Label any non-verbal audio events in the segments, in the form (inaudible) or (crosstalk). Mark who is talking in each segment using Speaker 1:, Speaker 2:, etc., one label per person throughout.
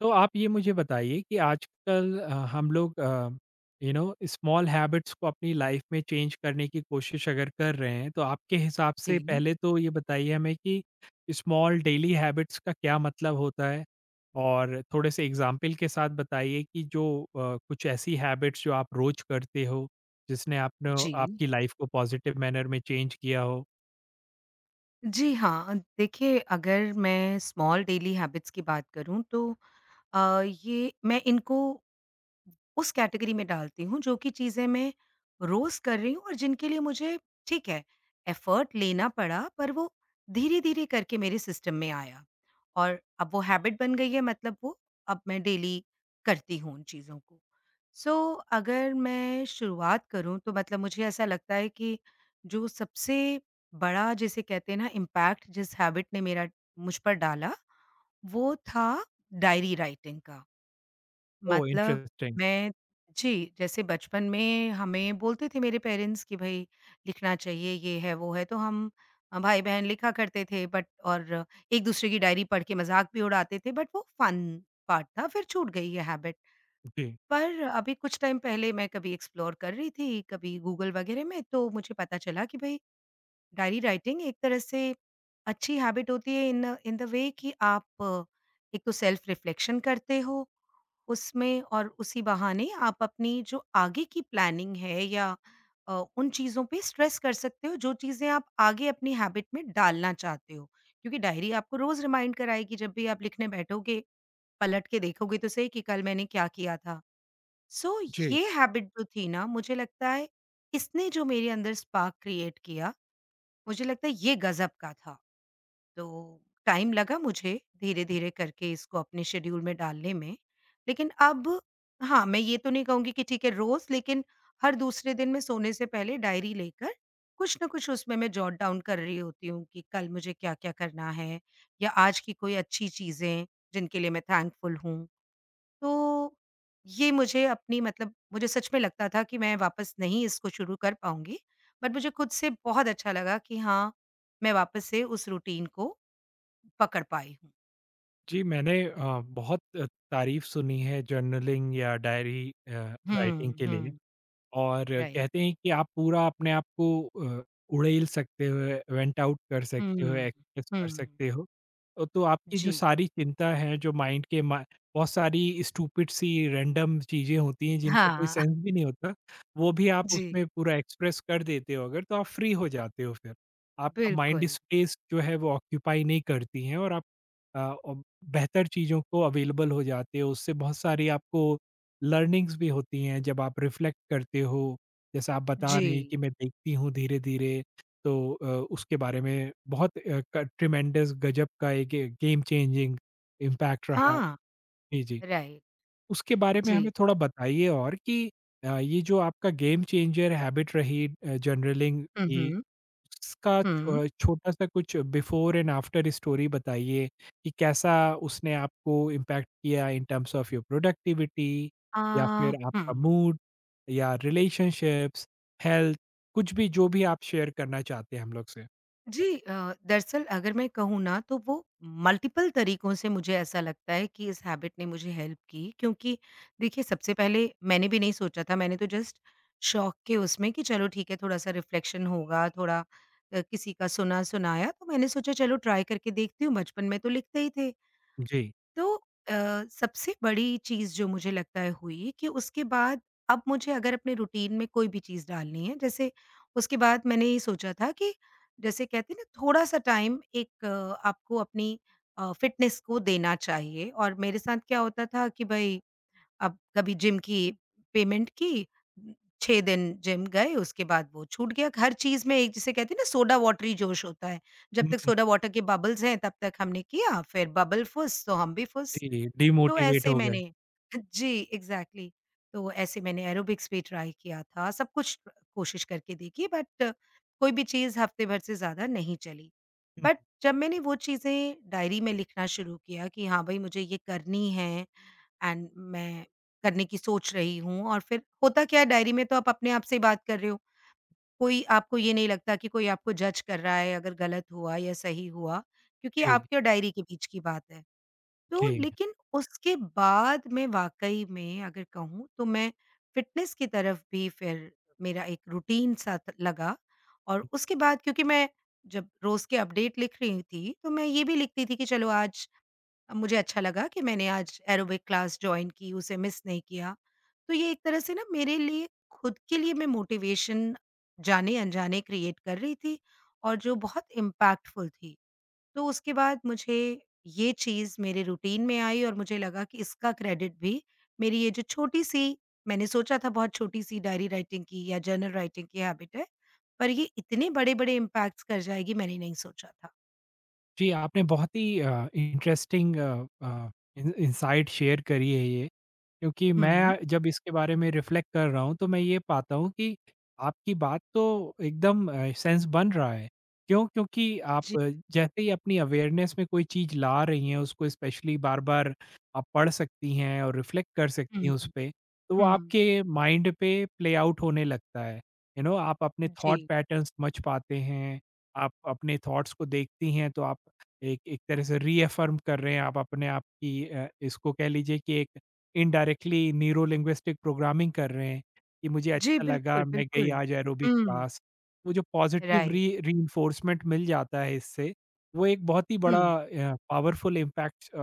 Speaker 1: तो आप ये मुझे बताइए कि आजकल हम लोग यू नो स्मॉल हैबिट्स को अपनी लाइफ में चेंज करने की कोशिश अगर कर रहे हैं, तो आपके हिसाब से
Speaker 2: जी,
Speaker 1: पहले तो ये बताइए हमें कि स्मॉल डेली हैबिट्स का क्या मतलब होता है। और थोड़े से एग्जाम्पल के साथ बताइए कि जो कुछ ऐसी हैबिट्स जो आप रोज करते हो, जिसने आपने
Speaker 2: जी।
Speaker 1: आपकी लाइफ को पॉजिटिव मैनर में चेंज किया हो।
Speaker 2: जी हाँ, देखिए अगर मैं स्मॉल डेली हैबिट्स की बात करूँ तो ये मैं इनको उस कैटेगरी में डालती हूँ जो कि चीज़ें मैं रोज़ कर रही हूँ और जिनके लिए मुझे ठीक है एफर्ट लेना पड़ा पर वो धीरे-धीरे करके मेरे सिस्टम में आया। और अब वो हैबिट बन गई है मतलब वो अब मैं डेली करती हूँ उन चीज़ों को। सो अगर मैं शुरुआत करूँ तो मतलब मुझे ऐसा लगता है कि जो सबसे बड़ा जिसे कहते हैं ना इम्पैक्ट जिस हैबिट ने मेरा मुझ पर डाला वो था डायरी राइटिंग का।
Speaker 1: ओह
Speaker 2: मतलब
Speaker 1: इंटरेस्टिंग।
Speaker 2: मैं जी, जैसे बचपन में हमें बोलते थे मेरे पेरेंट्स कि भई लिखना चाहिए, ये है, वो है, तो हम भाई-बहन लिखा करते थे बट और एक-दूसरे की डायरी पढ़ के मज़ाक भी उड़ाते थे बट वो फन पार्ट था, फिर छूट गई ये हैबिट।
Speaker 1: जी,
Speaker 2: पर अभी कुछ टाइम पहले मैं कभी एक्सप्लोर कर रही थी, कभी गूगल वगैरह में, तो मुझे पता चला कि भई डायरी राइटिंग एक तरह से अच्छी हैबिट होती है इन इन द वे कि आप एक तो सेल्फ रिफ्लेक्शन करते हो उसमें और उसी बहाने आप अपनी जो आगे की प्लानिंग है या उन चीज़ों पे स्ट्रेस कर सकते हो जो चीज़ें आप आगे अपनी हैबिट में डालना चाहते हो। क्योंकि डायरी आपको रोज़ रिमाइंड कराएगी जब भी आप लिखने बैठोगे, पलट के देखोगे तो सही कि कल मैंने क्या किया था। सो
Speaker 1: जी,
Speaker 2: ये हैबिट जो थी ना मुझे लगता है इसने जो मेरे अंदर स्पार्क क्रिएट किया, मुझे लगता है ये गज़ब का था। तो टाइम लगा मुझे धीरे-धीरे करके इसको अपने शेड्यूल में डालने में। लेकिन अब हाँ, मैं ये तो नहीं कहूँगी कि ठीक है रोज़ लेकिन हर दूसरे दिन मैं सोने से पहले डायरी लेकर कुछ न कुछ उसमें मैं जॉट डाउन कर रही होती हूँ कि कल मुझे क्या-क्या करना है या आज की कोई अच्छी चीज़ें जिनके लिए मैं थैंकफुल हूँ। तो ये मुझे अपनी मतलब मुझे सच में लगता था कि मैं वापस नहीं इसको शुरू कर पाऊँगी। बट मुझे खुद से बहुत अच्छा लगा कि हाँ, मैं वापस से उस रूटीन को पकड़ पाई हूँ।
Speaker 1: जी। मैंने बहुत तारीफ़ सुनी है जर्नलिंग या डायरी
Speaker 2: हुँ,
Speaker 1: राइटिंग के लिए।
Speaker 2: हुँ।
Speaker 1: और
Speaker 2: राइट।
Speaker 1: कहते हैं कि आप पूरा अपने आप को अ, उड़ेल सकते हो, वेंट आउट कर सकते हो,
Speaker 2: हुँ,
Speaker 1: एक्सप्रेस कर
Speaker 2: हुँ।
Speaker 1: सकते हो। तो आपकी जो
Speaker 2: जी।
Speaker 1: सारी चिंता है, जो माइंड के मा बहुत सारी स्टूपिड सी रैंडम चीज़ें होती हैं जिनका कोई
Speaker 2: हाँ, (laughs)
Speaker 1: सेंस भी नहीं होता, वो भी आप
Speaker 2: जी।
Speaker 1: उसमें पूरा एक्सप्रेस कर देते हो अगर, तो आप फ्री हो जाते हो फिर। आपका माइंड
Speaker 2: बिल्कुल।
Speaker 1: स्पेस जो है वो ऑक्यूपाई नहीं करती हैं और आप और बेहतर चीज़ों को अवेलेबल हो जाते हो। उससे बहुत सारी आपको लर्निंग्स भी होती हैं जब आप रिफ्लेक्ट करते हो, जैसा आप बता रहे हैं
Speaker 2: जी।
Speaker 1: कि मैं देखती हूँ धीरे-धीरे। तो उसके बारे में बहुत क ट्रिमेंडस गज़ब का एक गेम चेंजिंग इम्पैक्ट रहा।
Speaker 2: हाँ,
Speaker 1: जी, जी।
Speaker 2: राइट।
Speaker 1: उसके बारे में
Speaker 2: जी।
Speaker 1: हमें थोड़ा बताइए, और कि ये जो आपका गेम चेंजर हैबिट रही, जर्नलिंग
Speaker 2: हुँ,
Speaker 1: की,
Speaker 2: हुँ।
Speaker 1: उसका
Speaker 2: हुँ।
Speaker 1: छो छोटा सा कुछ बिफ़ोर एंड आफ्टर स्टोरी बताइए कि कैसा उसने आपको इम्पैक्ट किया in terms of your productivity,
Speaker 2: uh,
Speaker 1: या फिर
Speaker 2: हुँ।
Speaker 1: आपका मूड या रिलेशनशिप्स, हेल्थ, कुछ भी जो भी आप शेयर करना चाहते हैं हम लोग से?
Speaker 2: जी दरअसल अगर मैं कहूँ ना तो वो मल्टीपल तरीकों से मुझे ऐसा लगता है कि इस हैबिट ने मुझे हेल्प की क्योंकि देखिए सबसे पहले मैंने भी नहीं सोचा था मैंने तो जस्ट शौक के उसमें कि चलो ठीक है थोड़ा सा रिफ्लेक्शन होगा थोड़ा किसी का सुना सुनाया तो मैंने सोचा चलो ट्राई करके देखती हूँ बचपन में तो लिखते ही थे
Speaker 1: जी।
Speaker 2: तो अ, सबसे बड़ी चीज़ जो मुझे लगता है हुई कि उसके बाद अब मुझे अगर अपने रूटीन में कोई भी चीज़ डालनी है, जैसे उसके बाद मैंने ये सोचा था कि जैसे कहते हैं ना थोड़ा-सा टाइम एक आपको अपनी फ़िटनेस को देना चाहिए और मेरे साथ क्या होता था कि भई अब कभी जिम की पेमेंट की, 6 दिन जिम गए, उसके बाद वो छूट गया। हर चीज़ में एक जिसे कहते हैं ना सोडा वाटर ही जोश होता है। जब
Speaker 1: हुँ,
Speaker 2: तक
Speaker 1: हुँ।
Speaker 2: सोडा वाटर के बबल्स हैं तब तक हमने किया, फिर बबल फुस तो हम भी फुस।
Speaker 1: जी,
Speaker 2: तो
Speaker 1: डिमोटिवेट
Speaker 2: ऐसे
Speaker 1: हो गए।
Speaker 2: मैंने (laughs) जी, एग्ज़ैक्टली। तो ऐसे मैंने एरोबिक्स भी ट्राई किया था, सब कुछ कोशिश करके देखी बट कोई भी चीज़ हफ्ते भर से ज़्यादा नहीं चली।
Speaker 1: हुँ।
Speaker 2: बट जब मैंने वो चीज़ें डायरी में लिखना शुरू किया कि हाँ, भई मुझे ये करनी है एंड मैं करने की सोच रही हूँ और फिर होता क्या है डायरी में तो आप अपने आप से ही बात कर रहे हो। कोई आपको ये नहीं लगता कि कोई आपको जज कर रहा है अगर गलत हुआ या सही हुआ, क्योंकि
Speaker 1: जी,
Speaker 2: आपकी और डायरी के बीच की बात है। तो
Speaker 1: जी।
Speaker 2: लेकिन उसके बाद मैं वाक़ई में अगर कहूँ तो मैं फ़िटनेस की तरफ भी फिर मेरा एक रूटीन सा त लगा और उसके बाद क्योंकि मैं जब रोज़ के अपडेट लिख रही थी, तो मैं ये भी लिखती थी कि चलो आज अब मुझे अच्छा लगा कि मैंने आज एरोबिक क्लास जॉइन की, उसे मिस नहीं किया। तो ये एक तरह से ना मेरे लिए खुद के लिए मैं मोटिवेशन जाने-अनजाने क्रिएट कर रही थी और जो बहुत इम्पैक्टफुल थी। तो उसके बाद मुझे ये चीज़ मेरे रूटीन में आई और मुझे लगा कि इसका क्रेडिट भी मेरी ये जो छोटी-सी मैंने सोचा था बहुत छोटी-सी डायरी राइटिंग की या जर्नल राइटिंग की हैबिट है, पर ये इतने बड़े-बड़े इम्पैक्ट्स कर जाएगी मैंने नहीं सोचा था।
Speaker 1: जी, आपने बहुत ही interesting uh, in insight share करी है ये। क्योंकि
Speaker 2: हुँ।
Speaker 1: मैं जब इसके बारे में रिफ्लेक्ट कर रहा हूँ, तो मैं ये पाता हूँ कि आपकी बात तो एकदम सेंस बन रहा है। क्यों? क्योंकि
Speaker 2: जी।
Speaker 1: आप जैसे ही अपनी अवेयरनेस में कोई चीज़ ला रही हैं, उसको स्पेशली बार-बार आप पढ़ सकती हैं और रिफ्लेक्ट कर सकती
Speaker 2: हुँ,
Speaker 1: हैं उसपे, तो वो
Speaker 2: हुँ,
Speaker 1: आपके माइंड पे प्ले आउट होने लगता है। यू नो आप अपने
Speaker 2: जी।
Speaker 1: थॉट पैटर्न समझ पाते हैं, आप अपने थॉट्स को देखती हैं, तो आप एक एक तरह से रीअफ़र्म कर रहे हैं, आप अपने आप की, इसको कह लीजिए कि एक इनडायरेक्टली न्यूरो लिंग्विस्टिक प्रोग्रामिंग कर रहे हैं, कि मुझे
Speaker 2: जी,
Speaker 1: अच्छा लगा
Speaker 2: बिल्कुल,
Speaker 1: मैं गई
Speaker 2: बिल्कुल।
Speaker 1: आज एरोबिक
Speaker 2: हुँ,
Speaker 1: क्लास। वो जो पॉज़िटिव
Speaker 2: राइट।
Speaker 1: री रीइंफोर्समेंट मिल जाता है इससे, वो एक बहुत ही बड़ा
Speaker 2: हुँ,
Speaker 1: पावरफुल इम्पैक्ट अ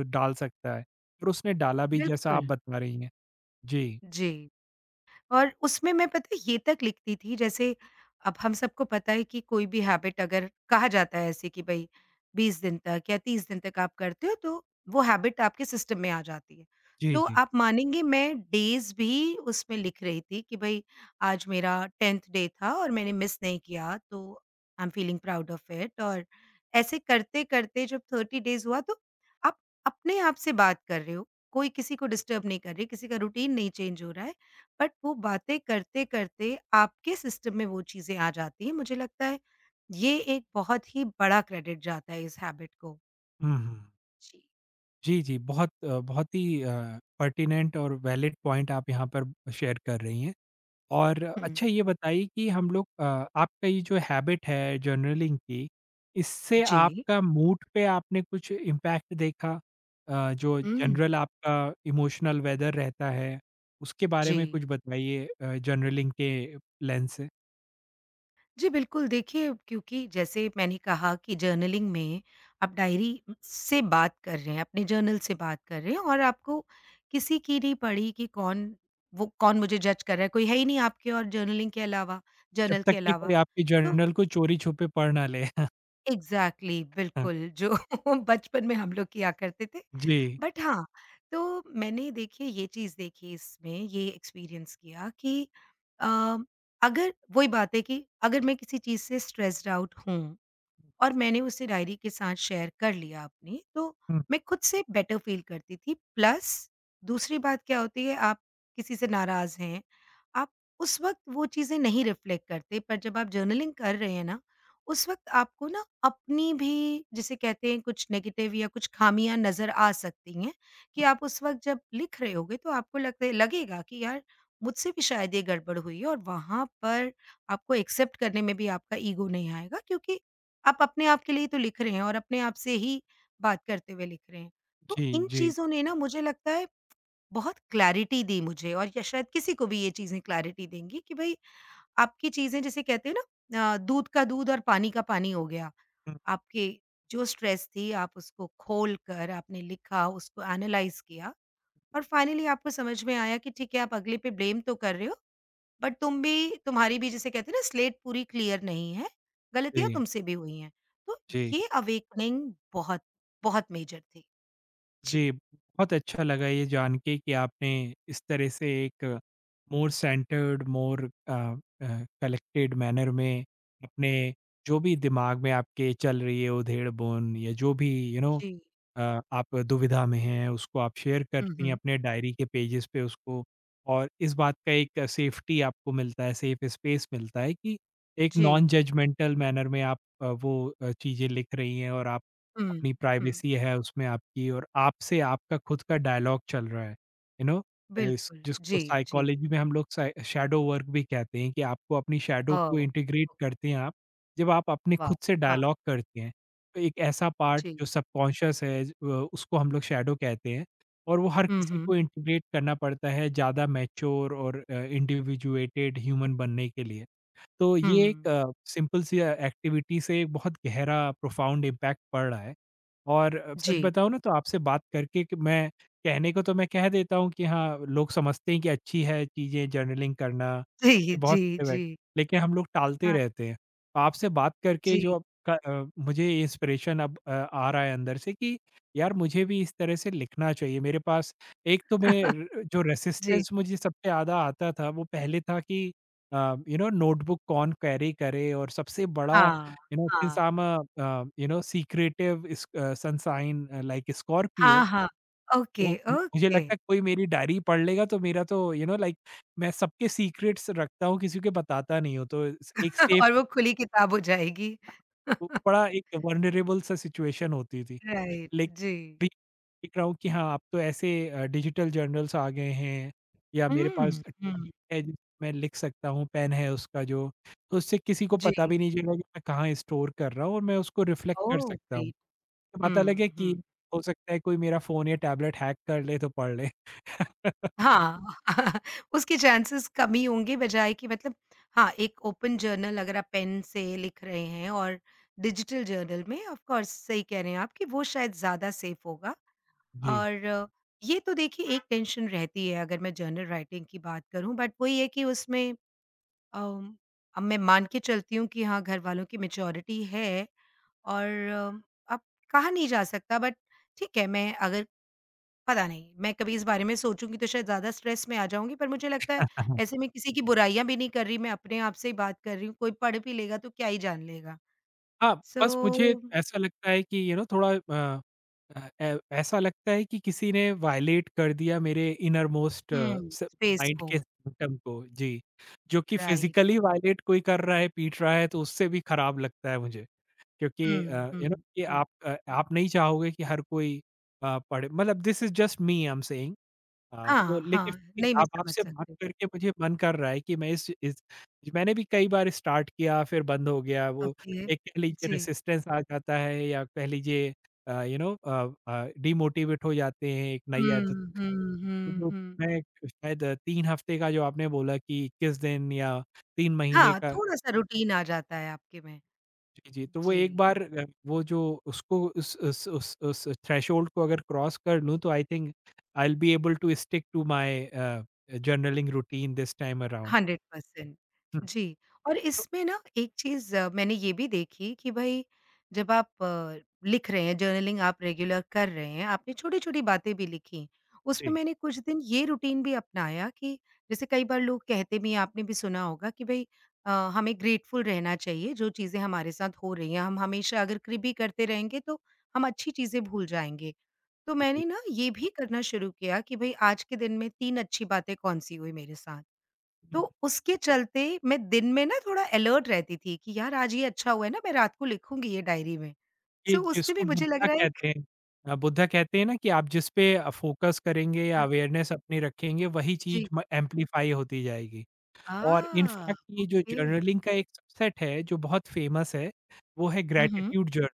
Speaker 1: अ, डाल सकता है, और उसने डाला भी जैसा आप
Speaker 2: बिल्कुल,
Speaker 1: बता रही हैं। जी।
Speaker 2: जी। और उसमें मैं पता है ये तक लिखती थी जैसे अब हम सबको पता है कि कोई भी हैबिट अगर कहा जाता है ऐसे कि भाई 20 दिन तक या 30 दिन तक आप करते हो तो वो हैबिट आपके सिस्टम में आ जाती है।
Speaker 1: जी,
Speaker 2: तो
Speaker 1: जी।
Speaker 2: आप मानेंगे मैं डेज़ भी उसमें लिख रही थी कि भाई आज मेरा 10th डे था और मैंने मिस नहीं किया तो I am feeling proud of it और ऐसे करते-करते जब 30 डेज़ हुआ तो आप अपने आप से बात कर रहे हो, कोई किसी को डिस्टर्ब नहीं कर रही, किसी का रूटीन नहीं चेंज हो रहा है। बट वो बातें करते-करते आपके सिस्टम में वो चीज़ें आ जाती हैं। मुझे लगता है ये एक बहुत ही बड़ा क्रेडिट जाता है इस हैबिट को।
Speaker 1: हुँ, हुँ।
Speaker 2: जी।
Speaker 1: जी, जी। बहुत ही पर्टिनेंट और वैलिड पॉइंट आप यहाँ पर शेयर कर रही हैं। और
Speaker 2: हुँ।
Speaker 1: अच्छा ये बताइए कि हम लोग, आपका ये जो हैबिट है जर्नलिंग की, इससे
Speaker 2: जी।
Speaker 1: आपका मूड पे आपने कुछ इम्पैक्ट देखा? जो
Speaker 2: हुँ।
Speaker 1: जनरल आपका इमोशनल वेदर रहता है, उसके बारे
Speaker 2: जी।
Speaker 1: में कुछ बताइए जर्नलिंग के लेंस से?
Speaker 2: जी, बिल्कुल देखिए क्योंकि जैसे मैंने कहा कि जर्नलिंग में आप डायरी से बात कर रहे हैं, अपने जर्नल से बात कर रहे हैं और आपको किसी की नहीं पड़ी कि कौन वो कौन मुझे जज कर रहा है, कोई है ही नहीं आपके और जर्नलिंग के अलावा
Speaker 1: जब
Speaker 2: जर्नल
Speaker 1: तक
Speaker 2: के
Speaker 1: कि कोई
Speaker 2: अलावा।
Speaker 1: आपकी
Speaker 2: तो
Speaker 1: जर्नल को चोरी-छुपे पढ़ ना ले।
Speaker 2: एग्ज़ैक्टली बिल्कुल,
Speaker 1: (laughs)
Speaker 2: जो (laughs) बचपन में हम लोग किया करते थे।
Speaker 1: जी।
Speaker 2: बट हाँ, तो मैंने देखिए ये चीज़ देखी इसमें, ये एक्सपीरियंस किया कि अ, अगर वही बात है कि अगर मैं किसी चीज़ से स्ट्रेस्ड आउट हूँ और मैंने उसे डायरी के साथ शेयर कर लिया अपनी, तो
Speaker 1: हुँ।
Speaker 2: मैं खुद से बेटर फ़ील करती थी। प्लस दूसरी बात क्या होती है, आप किसी से नाराज़ हैं, आप उस वक़्त वो चीज़ें नहीं रिफ्लेक्ट करते, पर जब आप जर्नलिंग कर रहे हैं ना, उस वक़्त आपको ना अपनी भी जिसे कहते हैं कुछ नेगेटिव या कुछ ख़ामियाँ नज़र आ सकती हैं, कि आप उस वक़्त जब लिख रहे होगे तो आपको लगता है लगेगा कि यार मुझसे भी शायद ये गड़बड़ हुई है और वहाँ पर आपको एक्सेप्ट करने में भी आपका ईगो नहीं आएगा क्योंकि आप अपने आप के लिए तो लिख रहे हैं और अपने आप से ही बात करते हुए लिख रहे हैं। तो
Speaker 1: जी,
Speaker 2: इन
Speaker 1: जी।
Speaker 2: चीज़ों ने ना मुझे लगता है बहुत क्लैरिटी दी मुझे और या शायद किसी को भी ये चीज़ें क्लैरिटी देंगी कि भई आपकी चीज़ें जैसे कहते हैं ना दूध का दूध और पानी का पानी हो गया।
Speaker 1: हुँ।
Speaker 2: आपकी जो स्ट्रेस थी आप उसको खोल कर आपने लिखा, उसको एनालाइज़ किया और फाइनली आपको समझ में आया कि ठीक है आप अगले पे ब्लेम तो कर रहे हो बट तुम भी तुम्हारी भी जिसे कहते हैं ना स्लेट पूरी क्लियर नहीं है, गलतियाँ
Speaker 1: जी,
Speaker 2: तुमसे भी हुई हैं। तो
Speaker 1: जी।
Speaker 2: ये अवेकनिंग बहुत, बहुत मेजर थी। जी।
Speaker 1: जी, बहुत अच्छा लगा ये जान के कि आपने इस तरह से एक more centred, more collected manner में, अपने जो भी दिमाग में आपके चल रही है उधेड़-बुन, या जो भी यू you नो know,
Speaker 2: जी।
Speaker 1: आप दुविधा में हैं, उसको आप शेयर
Speaker 2: हुँ,
Speaker 1: करती हैं
Speaker 2: हुँ।
Speaker 1: अपने डायरी के पेजेस पे उसको, और इस बात का एक सेफ्टी आपको मिलता है, सेफ स्पेस मिलता है कि एक
Speaker 2: जी।
Speaker 1: नॉन जजमेंटल मैनर में आप वो चीज़ें लिख रही हैं, और आप
Speaker 2: हुँ,
Speaker 1: अपनी
Speaker 2: हुँ।
Speaker 1: प्राइवेसी है उसमें आपकी, और आपसे आपका खुद का डायलॉग चल रहा है, यू नो। इस
Speaker 2: बिल्कुल।
Speaker 1: जिसको
Speaker 2: जी, जी।
Speaker 1: साइकोलॉजी में हम लोग साइ शैडो वर्क भी कहते हैं कि आपको अपनी शैडो को
Speaker 2: ओह! ओह,
Speaker 1: इंटीग्रेट करते हैं आप, जब आप अपने
Speaker 2: वाह!
Speaker 1: खुद से
Speaker 2: हाँ,
Speaker 1: डायलॉग करते हैं। एक ऐसा पार्ट जो
Speaker 2: जी।
Speaker 1: सबकॉन्शियस है, उसको हम लोग शैडो कहते हैं, और वो हर
Speaker 2: हुँ,
Speaker 1: किसी
Speaker 2: हुँ।
Speaker 1: को इंटीग्रेट करना पड़ता है ज़्यादा मैच्योर और इंडिविजुएटेड ह्यूमन बनने के लिए। तो ये एक
Speaker 2: हुँ।
Speaker 1: सिंपल सी एक्टिविटी से एक बहुत गहरा प्रोफाउंड इम्पैक्ट पड़ रहा है। और
Speaker 2: जी।
Speaker 1: सच बताऊँ ना तो आपसे बात करके कि मैं, कहने को तो मैं कह देता हूँ कि हाँ, लोग समझते हैं कि अच्छी है चीज़ें जर्नलिंग करना,
Speaker 2: जी,
Speaker 1: इसके बहुत
Speaker 2: जी,
Speaker 1: से
Speaker 2: जी।
Speaker 1: बेन लेकिन हम लोग टालते
Speaker 2: हाँ,
Speaker 1: रहते हैं। तो आपसे बात करके जो
Speaker 2: जी।
Speaker 1: आपका, मुझे इंस्पिरेशन अब आ रहा है अंदर से कि यार मुझे भी इस तरह से लिखना चाहिए। मेरे पास, एक तो मैं
Speaker 2: (laughs)
Speaker 1: र जो
Speaker 2: जी।
Speaker 1: रेजिस्टेंस मुझे सबसे ज़्यादा आता था वो पहले था कि यू नो नोटबुक कौन कैरी करे, और सबसे बड़ा
Speaker 2: हाँ,
Speaker 1: यू नो सिंस
Speaker 2: हाँ।
Speaker 1: I am you know secretive sunshine like Scorpio,
Speaker 2: हाँ, हाँ।
Speaker 1: तो
Speaker 2: ओके,
Speaker 1: मुझे
Speaker 2: ओके।
Speaker 1: लगता है कोई मेरी डायरी पढ़ लेगा तो मेरा तो यू नो लाइक, मैं सबके सीक्रेट्स रखता हूँ किसी के बताता नहीं हूँ, तो एक
Speaker 2: (laughs)
Speaker 1: सेफ,
Speaker 2: और वो खुली किताब हो जाएगी। (laughs)
Speaker 1: बड़ा एक वनरेबल सा सिचुएशन होती थी
Speaker 2: राइट,
Speaker 1: लेकिन,
Speaker 2: जी।
Speaker 1: अभी देख रहा हूँ कि हाँ, अब तो ऐसे डिजिटल जर्नल्स आ गए हैं, या मेरे पास
Speaker 2: हुँ,
Speaker 1: (laughs) tablet
Speaker 2: हुँ।
Speaker 1: है जिस मैं लिख सकता हूँ, पेन है उसका जो, तो उससे किसी को
Speaker 2: जी,
Speaker 1: पता भी नहीं चलेगा कि मैं कहाँ स्टोर कर रहा हूँ, और मैं उसको रिफ्लेक्ट कर
Speaker 2: ओह
Speaker 1: सकता हूँ।
Speaker 2: ग्रेट!
Speaker 1: तो
Speaker 2: हुँ,
Speaker 1: पता लगे कि
Speaker 2: हुँ।
Speaker 1: हो सकता है कोई मेरा फ़ोन या टैबलेट हैक कर ले तो पढ़ ले। (laughs)
Speaker 2: हाँ, (laughs) उसके चांसेस कम ही होंगे बजाए कि मतलब हाँ, एक ओपन जर्नल अगर आप पेन से लिख रहे हैं और डिजिटल जर्नल में ऑफ कोर्स सही कह रहे हैं आप कि वो शायद ज़्यादा सेफ होगा
Speaker 1: जी।
Speaker 2: और ये तो देखिए एक टेंशन रहती है अगर मैं जर्नल राइटिंग की बात करूँ बट वही है कि उसमें अम, अब मैं मान के चलती हूँ कि हाँ, घर वालों की मैच्योरिटी है और अब कहा नहीं जा सकता बट ठीक है, मैं अगर पता नहीं, मैं कभी इस बारे में सोचूँगी तो शायद ज़्यादा स्ट्रेस में आ जाऊँगी, पर मुझे लगता है
Speaker 1: (laughs)
Speaker 2: ऐसे में किसी की बुराइयाँ भी नहीं कर रही, मैं अपने आप से ही बात कर रही हूँ, कोई पढ़ भी लेगा तो क्या ही जान लेगा।
Speaker 1: हाँ, बस मुझे
Speaker 2: सो
Speaker 1: ऐसा लगता है कि यू नो थोड़ा ए ऐसा लगता है कि किसी ने वायलेट कर दिया मेरे इनरमोस्ट
Speaker 2: हुँ,
Speaker 1: स
Speaker 2: स्पेस
Speaker 1: माइंड
Speaker 2: को
Speaker 1: के सिम्पटम को। जी, जो कि
Speaker 2: राइट
Speaker 1: फिज़िकली वायलेट कोई कर रहा है, पीट रहा है, तो उससे भी खराब लगता है मुझे। क्योंकि
Speaker 2: हुँ, हुँ,
Speaker 1: यू नो कि
Speaker 2: ट्रू।
Speaker 1: आप नहीं चाहोगे कि हर कोई पढ़े, मतलब this is just me I am saying. हाँ, तो
Speaker 2: हाँ,
Speaker 1: लेकिन
Speaker 2: हाँ,
Speaker 1: फिर
Speaker 2: नहीं मैं
Speaker 1: अब
Speaker 2: समझ
Speaker 1: आपसे बात
Speaker 2: सकती हूँ।
Speaker 1: करके मुझे मन कर रहा है कि मैं इस मैंने भी कई बार स्टार्ट किया फिर बंद हो गया। वो
Speaker 2: ओके,
Speaker 1: एक कह लीजिए
Speaker 2: जी।
Speaker 1: रेसिस्टेंस आ जाता है, या कह लीजिए यू नो डिमोटिवेट हो जाते हैं एक नई
Speaker 2: हुँ,
Speaker 1: आदत।
Speaker 2: हुँ,
Speaker 1: तो
Speaker 2: हुँ,
Speaker 1: जो
Speaker 2: हुँ।
Speaker 1: मैं शायद 3 हफ्ते का जो आपने बोला कि 21 दिन, या 3 महीने
Speaker 2: हाँ,
Speaker 1: का।
Speaker 2: थोड़ा-सा रूटीन आ जाता है आपके में।
Speaker 1: जी, जी। तो वो एक
Speaker 2: जी।
Speaker 1: बार वो जो, उसको उस थ्रेशोल्ड को अगर क्रॉस कर लूँ तो I think I will be able to stick to my journaling routine this time around.
Speaker 2: 100%
Speaker 1: हुँ।
Speaker 2: जी, और
Speaker 1: तो,
Speaker 2: इसमें ना एक चीज़ मैंने ये भी देखी कि भई जब आप लिख रहे हैं, जर्नलिंग आप रेगुलर कर रहे हैं, आपने छोटी-छोटी बातें भी लिखी। उसमें
Speaker 1: जी,
Speaker 2: मैंने कुछ दिन ये रूटीन भी अपनाया कि जैसे कई बार लोग कहते भी हैं, आपने भी सुना होगा कि भई हमें ग्रेटफुल रहना चाहिए जो चीज़ें हमारे साथ हो रही हैं। हम हमेशा अगर कृपी करते रहेंगे तो हम अच्छी चीज़ें भूल जाएँगे। तो
Speaker 1: जी।
Speaker 2: मैंने ना ये भी करना शुरू किया कि भई आज के दिन में 3 अच्छी बातें कौन-सी हुई मेरे साथ। तो
Speaker 1: हुँ।
Speaker 2: उसके चलते मैं दिन में ना थोड़ा अलर्ट रहती थी कि यार आज ये अच्छा हुआ है ना मैं रात को लिखूँगी ये डायरी में।
Speaker 1: ये
Speaker 2: सो उससे
Speaker 1: जिसको
Speaker 2: भी मुझे लग
Speaker 1: बुद्धा
Speaker 2: रहा है एक
Speaker 1: कहते हैं, बुद्धा कहते हैं ना कि आप जिस पे फोकस करेंगे या
Speaker 2: हाँ,
Speaker 1: अवेयरनेस अपनी रखेंगे, वही चीज़
Speaker 2: जी।
Speaker 1: म एम्प्लीफाई होती जाएगी।
Speaker 2: आ!
Speaker 1: और इन फैक्ट ये जो
Speaker 2: ओके।
Speaker 1: जर्नलिंग का एक सबसेट है जो बहुत फेमस है, वो है
Speaker 2: हुँ, हुँ।
Speaker 1: Gratitude journal.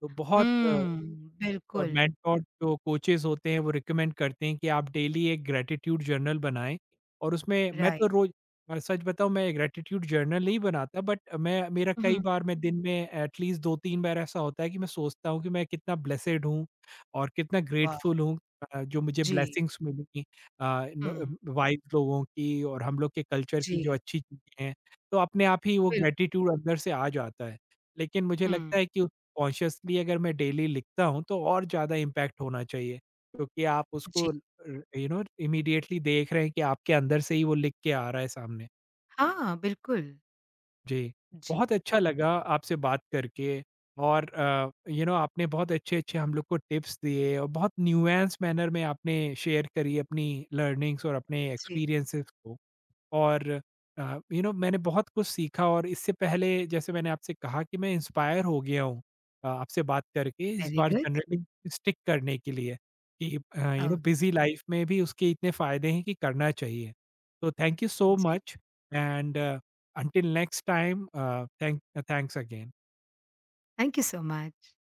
Speaker 1: तो बहुत
Speaker 2: हुँ,
Speaker 1: और
Speaker 2: बिल्कुल।
Speaker 1: मेंटोर जो कोचेज़ होते हैं वो रिकमेंड करते हैं कि आप डेली एक ग्रैटिट्यूड जर्नल बनाएँ, और उसमें मैं तो
Speaker 2: राइट।
Speaker 1: रोज़, मैं सच बताऊँ, मैं ग्रैटिट्यूड जर्नल नहीं बनाता बट मैं मेरा, कई
Speaker 2: हुँ।
Speaker 1: बार मैं दिन में एटलीस्ट 2-3 बार ऐसा होता है कि मैं सोचता हूँ कि मैं कितना ब्लेसेड हूँ और कितना
Speaker 2: वाह!
Speaker 1: ग्रेटफुल हूँ। जो मुझे
Speaker 2: जी।
Speaker 1: ब्लेसिंग्स मिली,
Speaker 2: हुँ।
Speaker 1: न वाइस लोगों की और हम लोग के कल्चर की जो
Speaker 2: जी,
Speaker 1: अच्छी चीज़ें हैं, तो अपने आप ही वो
Speaker 2: बिल्कुल।
Speaker 1: ग्रैटिट्यूड अंदर से आ जाता है। लेकिन मुझे लगता
Speaker 2: हुँ।
Speaker 1: है कि कॉन्शियसली अगर मैं डेली लिखता हूँ तो और ज़्यादा इम्पैक्ट होना चाहिए, क्योंकि आप उसको
Speaker 2: जी।
Speaker 1: र यू नो इमीडिएटली देख रहे हैं कि आपके अंदर से ही वो लिख के आ रहा है सामने।
Speaker 2: हाँ, बिल्कुल।
Speaker 1: जी,
Speaker 2: जी,
Speaker 1: बहुत अच्छा लगा आपसे बात करके। और यू नो आपने बहुत अच्छे-अच्छे हम लोग को टिप्स दिए, और बहुत न्यूएंस मैनर में आपने शेयर करी अपनी लर्निंग्स और अपने
Speaker 2: जी।
Speaker 1: एक्सपीरियंसेस को। और यू नो मैंने बहुत कुछ सीखा, और इससे पहले जैसे मैंने आपसे कहा कि मैं इंस्पायर हो गया हूँ आपसे बात करके इस
Speaker 2: वेरी
Speaker 1: बार
Speaker 2: गुड।
Speaker 1: जर्नलिंग स्टिक करने के लिए, कि you know
Speaker 2: oh!
Speaker 1: Busy life में भी उसके इतने फायदे हैं कि करना चाहिए। तो थैंक यू सो
Speaker 2: जी।
Speaker 1: Much, and until next time. Thank thanks again.
Speaker 2: Thank you so much.